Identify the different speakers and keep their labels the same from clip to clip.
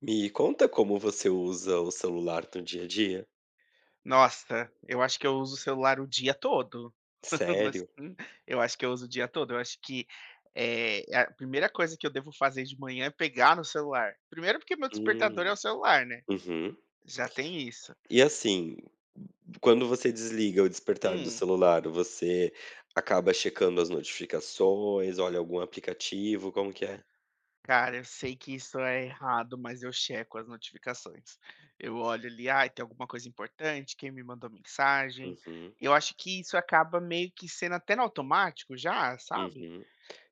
Speaker 1: Me conta como você usa o celular no dia a dia?
Speaker 2: Nossa, eu acho que eu uso o celular o dia todo. Mas,
Speaker 1: Sério?
Speaker 2: hum, eu acho que eu uso o dia todo. Eu acho que é a primeira coisa que eu devo fazer de manhã é pegar no celular. Primeiro porque meu despertador é o
Speaker 1: Hum.
Speaker 2: celular, né,
Speaker 1: Uhum.
Speaker 2: já tem isso.
Speaker 1: E assim, quando você desliga o despertar do
Speaker 2: Hum,
Speaker 1: celular, você acaba checando as notificações, olha algum aplicativo, como que é?
Speaker 2: Cara, eu sei que isso é errado, mas eu checo as notificações. Eu olho ali, "Ai, tem alguma coisa importante? Quem me mandou mensagem?".
Speaker 1: Uhum,
Speaker 2: Eu acho que isso acaba meio que sendo até no automático já, sabe?
Speaker 1: uhum.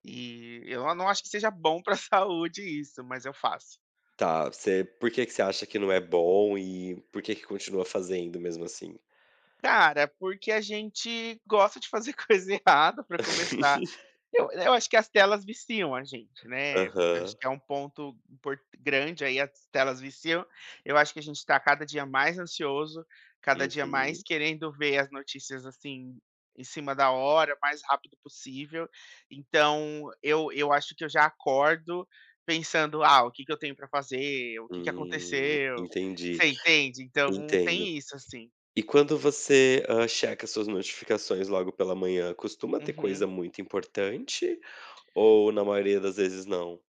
Speaker 2: E eu não acho que seja bom para a saúde isso, mas eu faço.
Speaker 1: Tá, você por que que você acha que não é bom e por que que continua fazendo mesmo assim?
Speaker 2: Cara, é porque a gente gosta de fazer coisa errada para começar. Eu acho que as telas viciam a gente, né, acho
Speaker 1: Aham.
Speaker 2: que é um ponto impor grande aí, as telas viciam. Eu acho que a gente está cada dia mais ansioso, cada dia mais
Speaker 1: Uhum.
Speaker 2: querendo ver as notícias, assim, em cima da hora, mais rápido possível. Então eu acho que eu já acordo pensando: "Ah, o que que eu tenho para fazer? O que que aconteceu?"
Speaker 1: Entendi,
Speaker 2: Você entende? Então
Speaker 1: entendo.
Speaker 2: tem isso, assim.
Speaker 1: E quando você, checa suas notificações logo pela manhã, costuma ter coisa
Speaker 2: Uhum.
Speaker 1: muito importante ou na maioria das vezes não?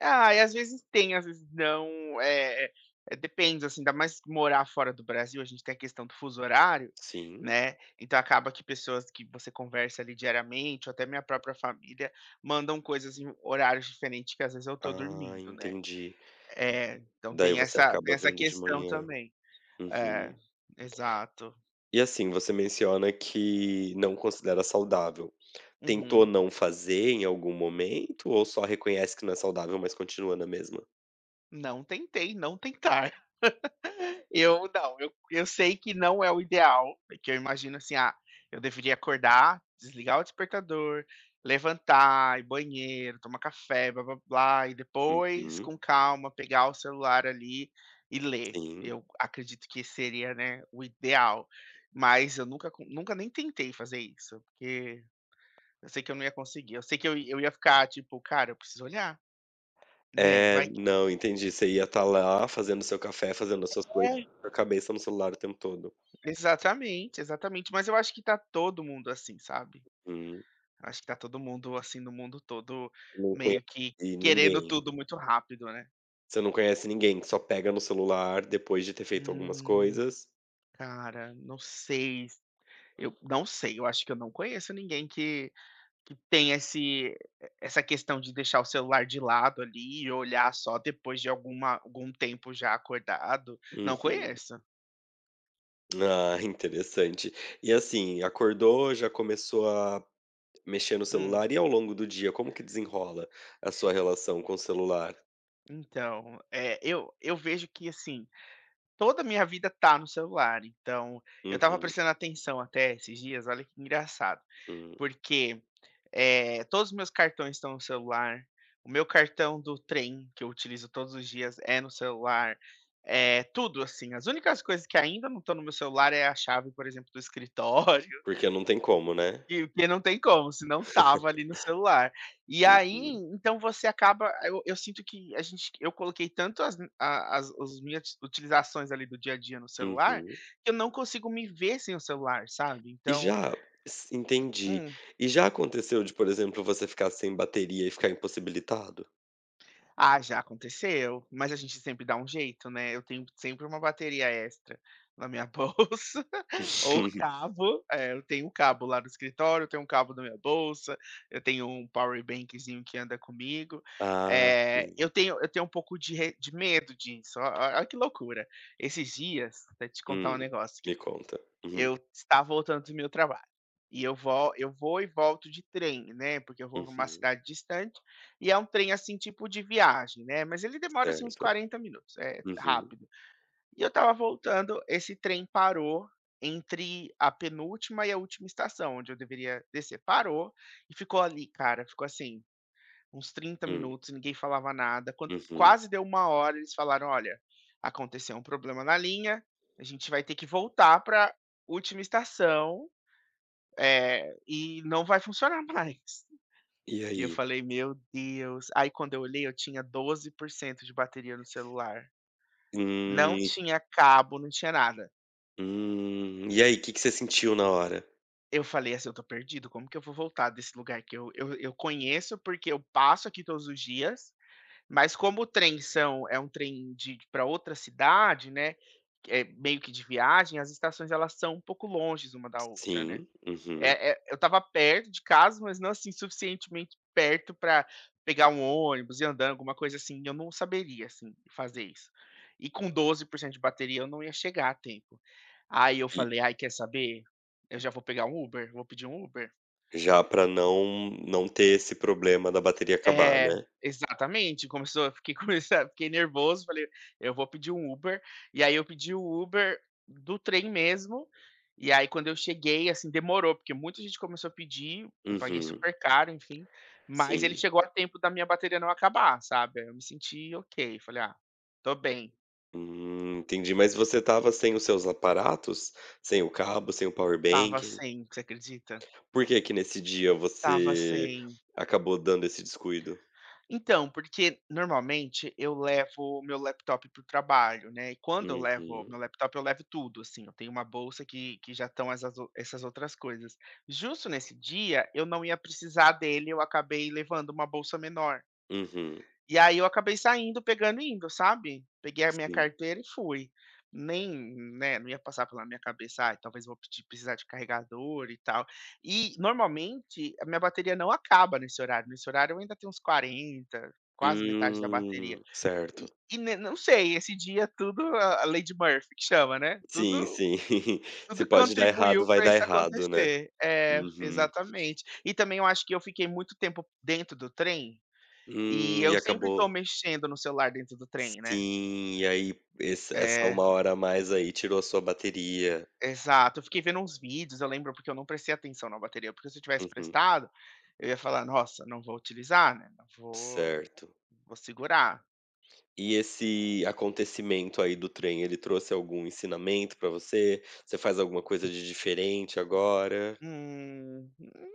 Speaker 2: Ah, e às vezes tem, às vezes não. É, depende, assim, ainda mais morar fora do Brasil, a gente tem a questão do fuso horário,
Speaker 1: Sim?
Speaker 2: né, então acaba que pessoas que você conversa ali diariamente, ou até minha própria família, mandam coisas em horários diferentes que às vezes eu estou
Speaker 1: Ah,
Speaker 2: dormindo, né.
Speaker 1: entendi.
Speaker 2: É, então
Speaker 1: Daí
Speaker 2: tem
Speaker 1: você
Speaker 2: essa tem
Speaker 1: acaba
Speaker 2: essa
Speaker 1: vendo de
Speaker 2: questão
Speaker 1: manhã.
Speaker 2: também. É,
Speaker 1: Uhum.
Speaker 2: exato.
Speaker 1: E assim, você menciona que não considera saudável. Tentou
Speaker 2: Uhum.
Speaker 1: não fazer em algum momento ou só reconhece que não é saudável, mas continua na mesma?
Speaker 2: Não tentei não tentar. Eu não, eu sei que não é o ideal, que eu imagino assim: "Ah, eu deveria acordar, desligar o despertador, levantar, ir banheiro, tomar café, blá-blá-blá, e depois,
Speaker 1: Uhum,
Speaker 2: com calma, pegar o celular ali e ler".
Speaker 1: sim.
Speaker 2: Eu acredito que seria, né, o ideal, mas eu nunca nem tentei fazer isso, porque eu sei que eu não ia conseguir. Eu sei que eu ia ficar tipo: "Cara, eu preciso olhar, né,
Speaker 1: É,
Speaker 2: vai que".
Speaker 1: não, entendi. Você ia estar lá fazendo seu café, fazendo as suas coisas,
Speaker 2: É.
Speaker 1: com a cabeça no celular o tempo todo.
Speaker 2: Exatamente, exatamente, mas eu acho que tá todo mundo assim, sabe?
Speaker 1: Sim,
Speaker 2: Acho que tá todo mundo, assim, no mundo todo
Speaker 1: não
Speaker 2: meio que
Speaker 1: conheci
Speaker 2: querendo
Speaker 1: ninguém.
Speaker 2: tudo muito rápido, né.
Speaker 1: Você não conhece ninguém, só pega no celular depois de ter feito algumas
Speaker 2: Hum,
Speaker 1: coisas.
Speaker 2: Cara, não sei. Eu não sei, eu acho que eu não conheço ninguém que tem esse essa questão de deixar o celular de lado ali e olhar só depois de algum tempo já acordado. Não
Speaker 1: Uhum.
Speaker 2: conheço.
Speaker 1: Ah, interessante. E assim, acordou, já começou a mexer no
Speaker 2: Hum,
Speaker 1: celular e ao longo do dia, como que desenrola a sua relação com o celular?
Speaker 2: então, eu vejo que, assim, toda a minha vida tá no celular, então eu tava
Speaker 1: Uhum,
Speaker 2: prestando atenção até esses dias, olha que engraçado.
Speaker 1: hum.
Speaker 2: Porque Eh, todos os meus cartões estão no celular. O meu cartão do trem, que eu utilizo todos os dias, é no celular. É tudo, assim. As únicas coisas que ainda não estão no meu celular é a chave, por exemplo, do escritório,
Speaker 1: Porque não tem como, né?
Speaker 2: e porque não tem como, se não tava ali no celular. E aí,
Speaker 1: Uhum,
Speaker 2: então você acaba eu sinto que a gente eu coloquei tanto as a as os minhas utilizações ali do dia a dia no celular,
Speaker 1: uhum.
Speaker 2: que eu não consigo me ver sem o celular, sabe.
Speaker 1: E
Speaker 2: Então
Speaker 1: já entendi.
Speaker 2: hum.
Speaker 1: E já aconteceu de, por exemplo, você ficar sem bateria e ficar impossibilitado?
Speaker 2: Ah, já aconteceu, mas a gente sempre dá um jeito, né. Eu tenho sempre uma bateria extra na minha bolsa ou cabo, eu tenho um cabo lá do escritório, eu tenho um cabo na minha bolsa, eu tenho um power bankzinho que anda comigo.
Speaker 1: Ah, sim.
Speaker 2: Eu tenho um pouco de re de medo disso. Olha que loucura. Esses dias, vou te contar um
Speaker 1: Hum,
Speaker 2: negócio aqui.
Speaker 1: me conta. Uhum,
Speaker 2: Eu estava voltando do meu trabalho. E eu vou e volto de trem, né, porque eu vou para uma
Speaker 1: uhum,
Speaker 2: cidade distante, e é um trem, assim, tipo de viagem, né, mas ele demora, assim, uns
Speaker 1: certo.
Speaker 2: 40 minutos, é
Speaker 1: Uhum,
Speaker 2: rápido. E eu estava voltando, esse trem parou entre a penúltima e a última estação, onde eu deveria descer. Parou e ficou ali, cara, ficou assim uns trinta
Speaker 1: hum,
Speaker 2: minutos, ninguém falava nada. Quando
Speaker 1: uhum.
Speaker 2: quase deu uma hora, eles falaram: "Olha, aconteceu um problema na linha, a gente vai ter que voltar para última estação, é e não vai funcionar mais".
Speaker 1: E
Speaker 2: E eu
Speaker 1: aí?
Speaker 2: falei: "Meu Deus". Aí quando eu olhei, eu tinha 12% de bateria no celular.
Speaker 1: Hum,
Speaker 2: Não
Speaker 1: e
Speaker 2: tinha cabo, não tinha nada.
Speaker 1: e aí, o que que você sentiu na hora?
Speaker 2: Eu falei assim: "Eu tô perdido, como que eu vou voltar desse lugar que eu conheço, porque eu passo aqui todos os dias. Mas como o trem são é um trem de para outra cidade, né, é meio que de viagem, as estações elas são um pouco longes uma da outra, né.
Speaker 1: Sim, uhum.
Speaker 2: É, eu estava perto de casa, mas não, assim, suficientemente perto para pegar um ônibus, e andando, alguma coisa assim, eu não saberia, assim, fazer isso. E com 12% de bateria eu não ia chegar a tempo. Aí eu
Speaker 1: E
Speaker 2: falei: "Ai, quer saber? Eu já vou pegar um Uber, vou pedir um Uber".
Speaker 1: já pra não ter esse problema da bateria acabar,
Speaker 2: É,
Speaker 1: né?
Speaker 2: exatamente, começou eu fiquei com fiquei nervoso, falei: "Eu vou pedir um Uber", e aí eu pedi o Uber do trem mesmo, e aí quando eu cheguei, assim, demorou, porque muita gente começou a pedir, eu paguei
Speaker 1: Uhum,
Speaker 2: super caro, enfim, mas ele
Speaker 1: sim.
Speaker 2: chegou a tempo da minha bateria não acabar, sabe, aí eu me senti ok, falei: "Ah, tô bem".
Speaker 1: Entendi, mas você tava sem os seus aparatos? Sem o cabo, sem o power
Speaker 2: Tava
Speaker 1: banking?
Speaker 2: sem, você acredita?
Speaker 1: Por que que nesse dia
Speaker 2: Tava
Speaker 1: você
Speaker 2: sem.
Speaker 1: acabou dando esse descuido?
Speaker 2: Então, porque normalmente eu levo o meu laptop para o trabalho, né, e quando eu levo o meu
Speaker 1: Uhum,
Speaker 2: laptop, eu levo tudo, assim, eu tenho uma bolsa que já estão essas ou essas outras coisas. Justo nesse dia, eu não ia precisar dele, eu acabei levando uma bolsa menor.
Speaker 1: uhum,
Speaker 2: E aí eu acabei saindo, pegando e indo, sabe. Peguei a minha
Speaker 1: sim.
Speaker 2: carteira e fui. Nem, né, não ia passar pela minha cabeça: "Ai, talvez vou pedir precisar de carregador e tal". E, normalmente, a minha bateria não acaba nesse horário. Nesse horário eu ainda tenho uns 40, quase metade da bateria. E
Speaker 1: Certo.
Speaker 2: e ne não sei, esse dia tudo a lei Murphy que chama, né,
Speaker 1: Sim,
Speaker 2: tudo
Speaker 1: sim. Se pode dar errado,
Speaker 2: contribuiu
Speaker 1: vai
Speaker 2: para
Speaker 1: dar
Speaker 2: isso
Speaker 1: errado, né.
Speaker 2: acontecer. É,
Speaker 1: Uhum.
Speaker 2: exatamente. E também eu acho que eu fiquei muito tempo dentro do trem e
Speaker 1: E
Speaker 2: eu sempre tô
Speaker 1: acabou
Speaker 2: mexendo no celular dentro do trem, né.
Speaker 1: sim, e aí esse essa
Speaker 2: É,
Speaker 1: uma hora a mais aí tirou a sua bateria.
Speaker 2: exato. Eu fiquei vendo uns vídeos, eu lembro, porque eu não prestei atenção na bateria, porque se eu tivesse
Speaker 1: Uhum,
Speaker 2: prestado, eu ia falar: "Nossa, não vou utilizar, né, não vou
Speaker 1: certo.
Speaker 2: vou segurar".
Speaker 1: E esse acontecimento aí do trem, ele trouxe algum ensinamento pra você? Você faz alguma coisa de diferente agora?
Speaker 2: Hum,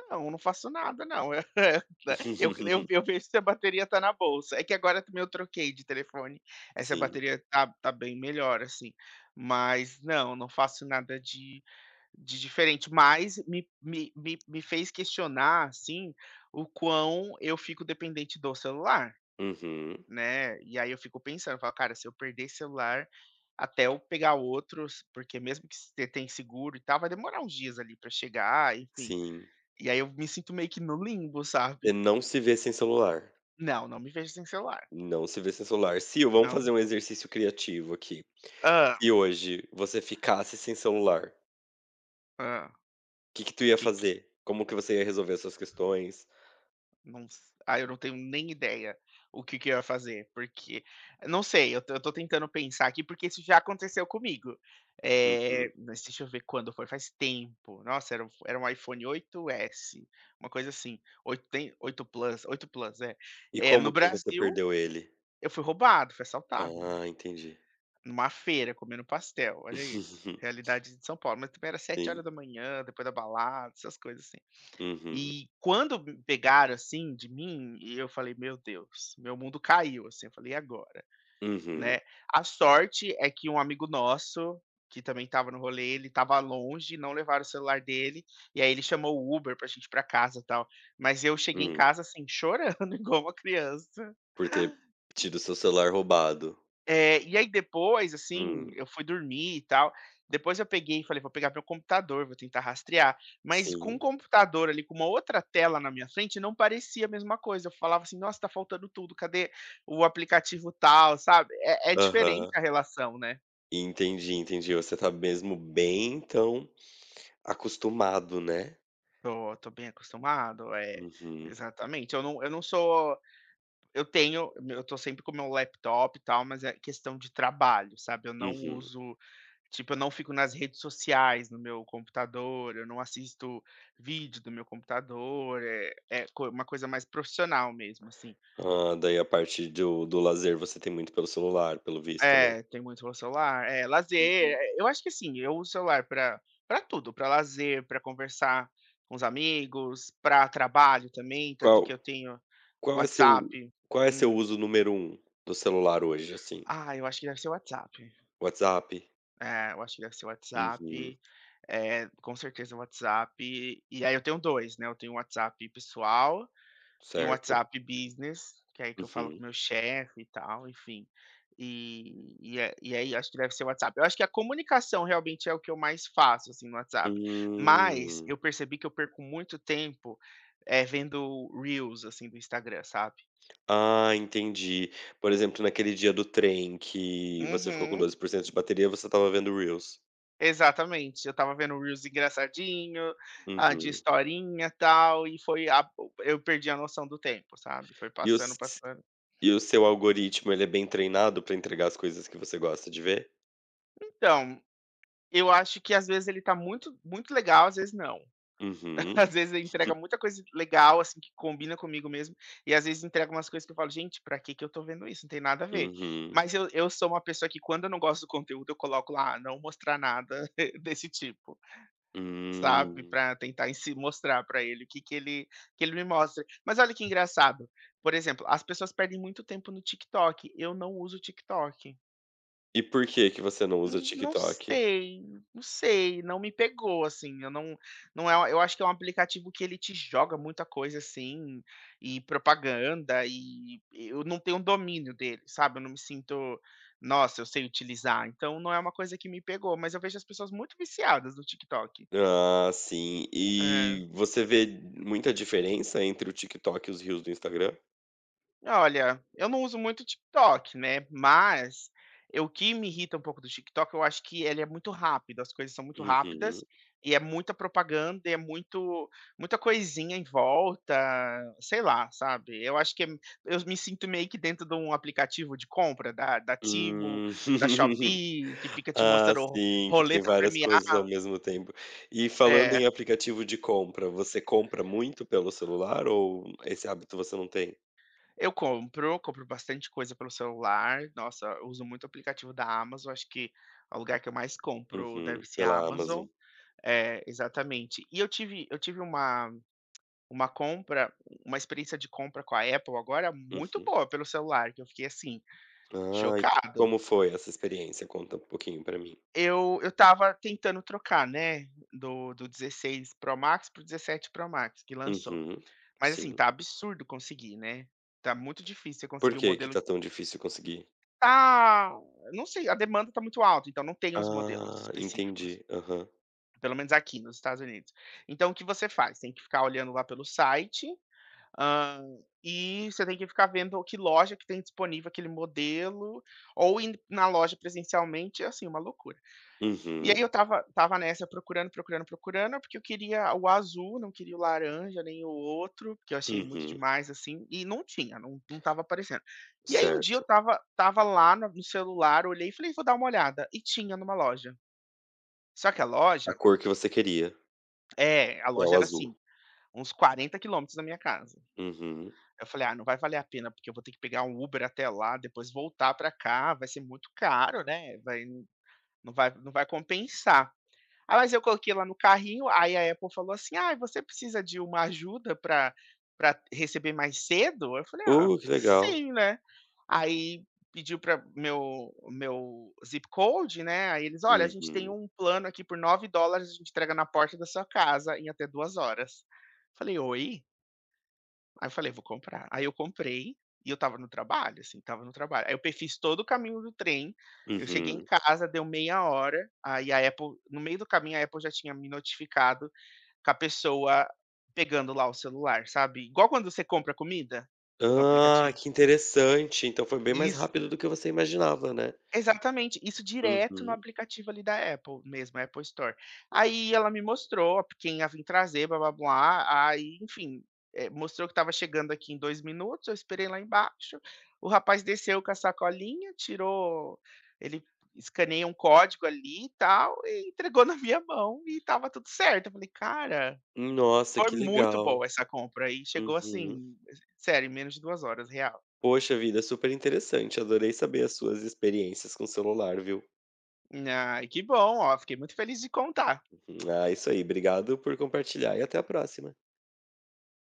Speaker 2: não, não faço nada não. Eu eu eu vejo se a bateria tá na bolsa. É que agora também eu troquei de telefone, essa
Speaker 1: Sim.
Speaker 2: bateria tá bem melhor, assim. Mas não, não faço nada de diferente, mas me fez questionar, assim, o quão eu fico dependente do celular,
Speaker 1: Uhum,
Speaker 2: né. E aí eu fico pensando, falo: "Cara, se eu perder esse celular até eu pegar outros", porque mesmo que você tem seguro e tal, vai demorar uns dias ali pra chegar, enfim.
Speaker 1: sim.
Speaker 2: E aí eu me sinto meio que no limbo,
Speaker 1: Você
Speaker 2: sabe.
Speaker 1: não se vê sem celular?
Speaker 2: Não, não me vejo sem celular.
Speaker 1: Não se vê sem celular. Sil, vamos
Speaker 2: Não
Speaker 1: fazer um exercício criativo aqui.
Speaker 2: Ah,
Speaker 1: Se hoje você ficasse sem celular, o
Speaker 2: ah,
Speaker 1: que que tu ia
Speaker 2: Que
Speaker 1: fazer? Como que você ia resolver as suas questões?
Speaker 2: Não s ah, Eu não tenho nem ideia o que que eu ia fazer, porque não sei, eu tô tentando pensar aqui, porque isso já aconteceu comigo.
Speaker 1: Uhum.
Speaker 2: Mas deixa eu ver quando foi, faz tempo. Nossa, era um iPhone 8S, uma coisa assim, 8 tem 8 plus 8 plus, é.
Speaker 1: E
Speaker 2: É no
Speaker 1: como que você
Speaker 2: Brasil,
Speaker 1: perdeu ele?
Speaker 2: eu fui roubado, fui assaltado, né,
Speaker 1: Ah, entendi.
Speaker 2: numa feira, comendo pastel, olha isso, realidade de São Paulo, mas também era 7 horas
Speaker 1: Sim.
Speaker 2: da manhã, depois da balada, essas coisas assim.
Speaker 1: Uhum.
Speaker 2: E quando me pegaram, assim, de mim, e eu falei: "Meu Deus, meu mundo caiu", assim, eu falei: "E agora?",
Speaker 1: Uhum.
Speaker 2: né. A sorte é que um amigo nosso, que também estava no rolê, ele estava longe, não levaram o celular dele, e aí ele chamou o Uber pra gente ir pra casa, e tal. Mas eu cheguei em
Speaker 1: Hum.
Speaker 2: casa, assim, chorando igual uma criança.
Speaker 1: Por ter tido seu celular roubado.
Speaker 2: É, e aí depois, assim,
Speaker 1: Hum.
Speaker 2: eu fui dormir e tal. Depois eu peguei e falei: "Vou pegar meu computador, vou tentar rastrear". Mas com o
Speaker 1: Sim.
Speaker 2: computador ali, com uma outra tela na minha frente, não parecia a mesma coisa. Eu falava assim: "Nossa, tá faltando tudo. Cadê o aplicativo tal?", sabe. É diferente
Speaker 1: Aham.
Speaker 2: a relação, né.
Speaker 1: Entendi, entendi. Você tá mesmo bem então acostumado, né.
Speaker 2: Tô bem acostumado. É,
Speaker 1: Uhum.
Speaker 2: exatamente. Eu não sou eu tenho, eu tô sempre com o meu laptop e tal, mas é questão de trabalho, sabe? Eu não
Speaker 1: Uhum.
Speaker 2: uso, tipo, eu não fico nas redes sociais no meu computador, eu não assisto vídeo do meu computador, é uma coisa mais profissional mesmo, assim.
Speaker 1: Ah, daí a parte do lazer você tem muito pelo celular, pelo visto, né.
Speaker 2: É, tem muito o celular, é lazer.
Speaker 1: Uhum.
Speaker 2: É, eu acho que assim, eu uso o celular para tudo, para lazer, para conversar com os amigos, para trabalho também, tanto que eu
Speaker 1: Qual
Speaker 2: tenho
Speaker 1: qual é seu
Speaker 2: WhatsApp.
Speaker 1: qual é seu
Speaker 2: Hum.
Speaker 1: uso número um do celular hoje, assim?
Speaker 2: Ah, eu acho que deve ser o WhatsApp.
Speaker 1: WhatsApp?
Speaker 2: É, eu acho que deve ser o
Speaker 1: Uhum.
Speaker 2: WhatsApp, com certeza o WhatsApp, e aí eu tenho 2, né, eu tenho um WhatsApp pessoal e um
Speaker 1: Certo.
Speaker 2: WhatsApp business, que é aí que eu falo com o
Speaker 1: Uhum.
Speaker 2: meu chefe e tal, enfim. E aí acho que deve ser o WhatsApp. Eu acho que a comunicação realmente é o que eu mais faço, assim, no WhatsApp, mas
Speaker 1: Hum.
Speaker 2: eu percebi que eu perco muito tempo, vendo reels, assim, do Instagram, sabe.
Speaker 1: Ah, entendi. Por exemplo, naquele dia do trem que você ficou com
Speaker 2: Uhum.
Speaker 1: 12% de bateria, você estava vendo reels.
Speaker 2: Exatamente, eu estava vendo o reels engraçadinho, de
Speaker 1: Uhum.
Speaker 2: historinha, tal, e foi a eu perdi a noção do tempo, sabe, foi
Speaker 1: E o
Speaker 2: passando,
Speaker 1: s
Speaker 2: passando.
Speaker 1: e o seu algoritmo, ele é bem treinado para entregar as coisas que você gosta de ver?
Speaker 2: Então, eu acho que às vezes ele tá muito muito legal, às vezes não.
Speaker 1: Uhum.
Speaker 2: Às vezes ele entrega muita coisa legal, assim, que combina comigo mesmo, e às vezes entrega umas coisas que eu falo: "Gente, pra que que eu tô vendo isso? Não tem nada a ver".
Speaker 1: Uhum.
Speaker 2: Mas eu sou uma pessoa que quando eu não gosto do conteúdo eu coloco lá: "Ah, "Não mostrar nada desse tipo". Sabe,
Speaker 1: Hum.
Speaker 2: para tentar ensi mostrar para ele o que que ele me mostra. Mas olha que engraçado, por exemplo, as pessoas perdem muito tempo no TikTok, eu não uso TikTok.
Speaker 1: E por que que você não usa
Speaker 2: Não
Speaker 1: TikTok?
Speaker 2: sei, não sei, não me pegou, assim, eu não eu acho que é um aplicativo que ele te joga muita coisa, assim, e propaganda, e eu não tenho domínio dele, sabe, eu não me sinto: "Nossa, eu sei utilizar", então não é uma coisa que me pegou, mas eu vejo as pessoas muito viciadas no TikTok.
Speaker 1: Ah, sim.
Speaker 2: É.
Speaker 1: E você vê muita diferença entre o TikTok e os Reels do Instagram?
Speaker 2: Olha, eu não uso muito o TikTok, né, mas eu o que me irrita um pouco do TikTok, eu acho que ele é muito rápido, as coisas são muito
Speaker 1: Uhum.
Speaker 2: rápidas e é muita propaganda, e é muito muita coisinha em volta, sei lá, sabe. Eu me sinto meio que dentro de um aplicativo de compra da Temu,
Speaker 1: Hum.
Speaker 2: da Shopee, que fica te
Speaker 1: Ah,
Speaker 2: mostrando
Speaker 1: sim, que tem
Speaker 2: roleta
Speaker 1: várias coisas
Speaker 2: premiada.
Speaker 1: ao mesmo tempo. E falando
Speaker 2: É.
Speaker 1: em aplicativo de compra, você compra muito pelo celular ou esse hábito você não tem?
Speaker 2: Eu compro, compro bastante coisa pelo celular. Nossa, eu uso muito o aplicativo da Amazon, acho que é o lugar que eu mais compro deve
Speaker 1: Uhum.
Speaker 2: ser a
Speaker 1: Pela
Speaker 2: Amazon.
Speaker 1: Amazon.
Speaker 2: É, exatamente. E eu tive uma compra, uma experiência de compra com a Apple agora muito
Speaker 1: Uhum.
Speaker 2: boa pelo celular, que eu fiquei, assim,
Speaker 1: Ah, e
Speaker 2: chocado.
Speaker 1: como foi essa experiência? Conta um pouquinho pra mim.
Speaker 2: Eu estava tentando trocar, né, do 16 Pro Max para o 17 Pro Max que lançou.
Speaker 1: Uhum.
Speaker 2: Mas, assim,
Speaker 1: Sim.
Speaker 2: tá absurdo conseguir, né. Tá muito difícil você
Speaker 1: Por
Speaker 2: conseguir o
Speaker 1: que que
Speaker 2: modelo.
Speaker 1: tá tão difícil conseguir?
Speaker 2: Tá, não sei, a demanda está muito alta, então não tem os modelos
Speaker 1: Ah,
Speaker 2: específicos,
Speaker 1: entendi. Aham.
Speaker 2: pelo menos aqui nos Estados Unidos. Então o que você faz? Tem que ficar olhando lá pelo site, hã, e você tem que ficar vendo que loja que tem disponível aquele modelo, ou ir na loja presencialmente, é assim, uma loucura. E aí
Speaker 1: Uhum,
Speaker 2: eu tava nessa procurando, procurando, procurando, porque eu queria o azul, não queria o laranja, nem o outro, que eu achei muito
Speaker 1: uhum.
Speaker 2: demais, assim, e não tinha, não estava aparecendo. E aí um dia eu
Speaker 1: Certo.
Speaker 2: tava lá na no celular, olhei e falei: "Vou dar uma olhada", e tinha numa loja. Só que a
Speaker 1: A
Speaker 2: loja
Speaker 1: cor que você queria,
Speaker 2: é, a
Speaker 1: que é
Speaker 2: loja
Speaker 1: o
Speaker 2: era, assim,
Speaker 1: azul.
Speaker 2: uns 40 quilômetros da minha casa.
Speaker 1: Uhum.
Speaker 2: Eu falei: "Ah, não vai valer a pena, porque eu vou ter que pegar um Uber até lá, depois voltar pra cá, vai ser muito caro, né, vai não vai compensar". Ah, mas eu coloquei lá no carrinho, aí a Apple falou assim: "Ah, você precisa de uma ajuda para para receber mais cedo?" Eu falei: "Ah,
Speaker 1: Que legal.
Speaker 2: sim, né". Aí pediu para meu zip code, né, aí eles: "Olha, a gente tem
Speaker 1: Uhum,
Speaker 2: um plano aqui por 9 dólares, a gente entrega na porta da sua casa em até 2 horas". Falei: "Oi?" Aí eu falei: "Vou comprar". Aí eu comprei e eu estava no trabalho, assim, estava no trabalho. Aí eu pe fiz todo o caminho do trem, eu cheguei em
Speaker 1: uhum.
Speaker 2: casa, deu meia hora, aí a Apple no meio do caminho, a Apple já tinha me notificado com a pessoa pegando lá o celular, sabe, igual quando você compra comida no
Speaker 1: Ah,
Speaker 2: aplicativo.
Speaker 1: que interessante. Então foi bem mais
Speaker 2: Isso.
Speaker 1: rápido do que você imaginava, né?
Speaker 2: Exatamente, isso direto no
Speaker 1: Uhum.
Speaker 2: aplicativo ali da Apple mesmo, a Apple Store. Aí ela me mostrou quem ia vim trazer blá-blá-blá, aí enfim, mostrou que estava chegando aqui em 2 minutos, eu esperei lá embaixo, o rapaz desceu com a sacolinha, tirou, ele escaneia um código ali e tal, e entregou na minha mão e estava tudo certo. Eu falei: "Cara,
Speaker 1: Nossa,
Speaker 2: foi
Speaker 1: que
Speaker 2: muito
Speaker 1: legal.
Speaker 2: boa essa compra", e chegou
Speaker 1: Uhum.
Speaker 2: assim, sério, em menos de 2 horas, real.
Speaker 1: Poxa vida, super interessante. Adorei saber as suas experiências com o celular, viu?
Speaker 2: Ai, que bom, ó, fiquei muito feliz de contar.
Speaker 1: Uhum. Ah, isso aí. Obrigado por compartilhar e até a próxima.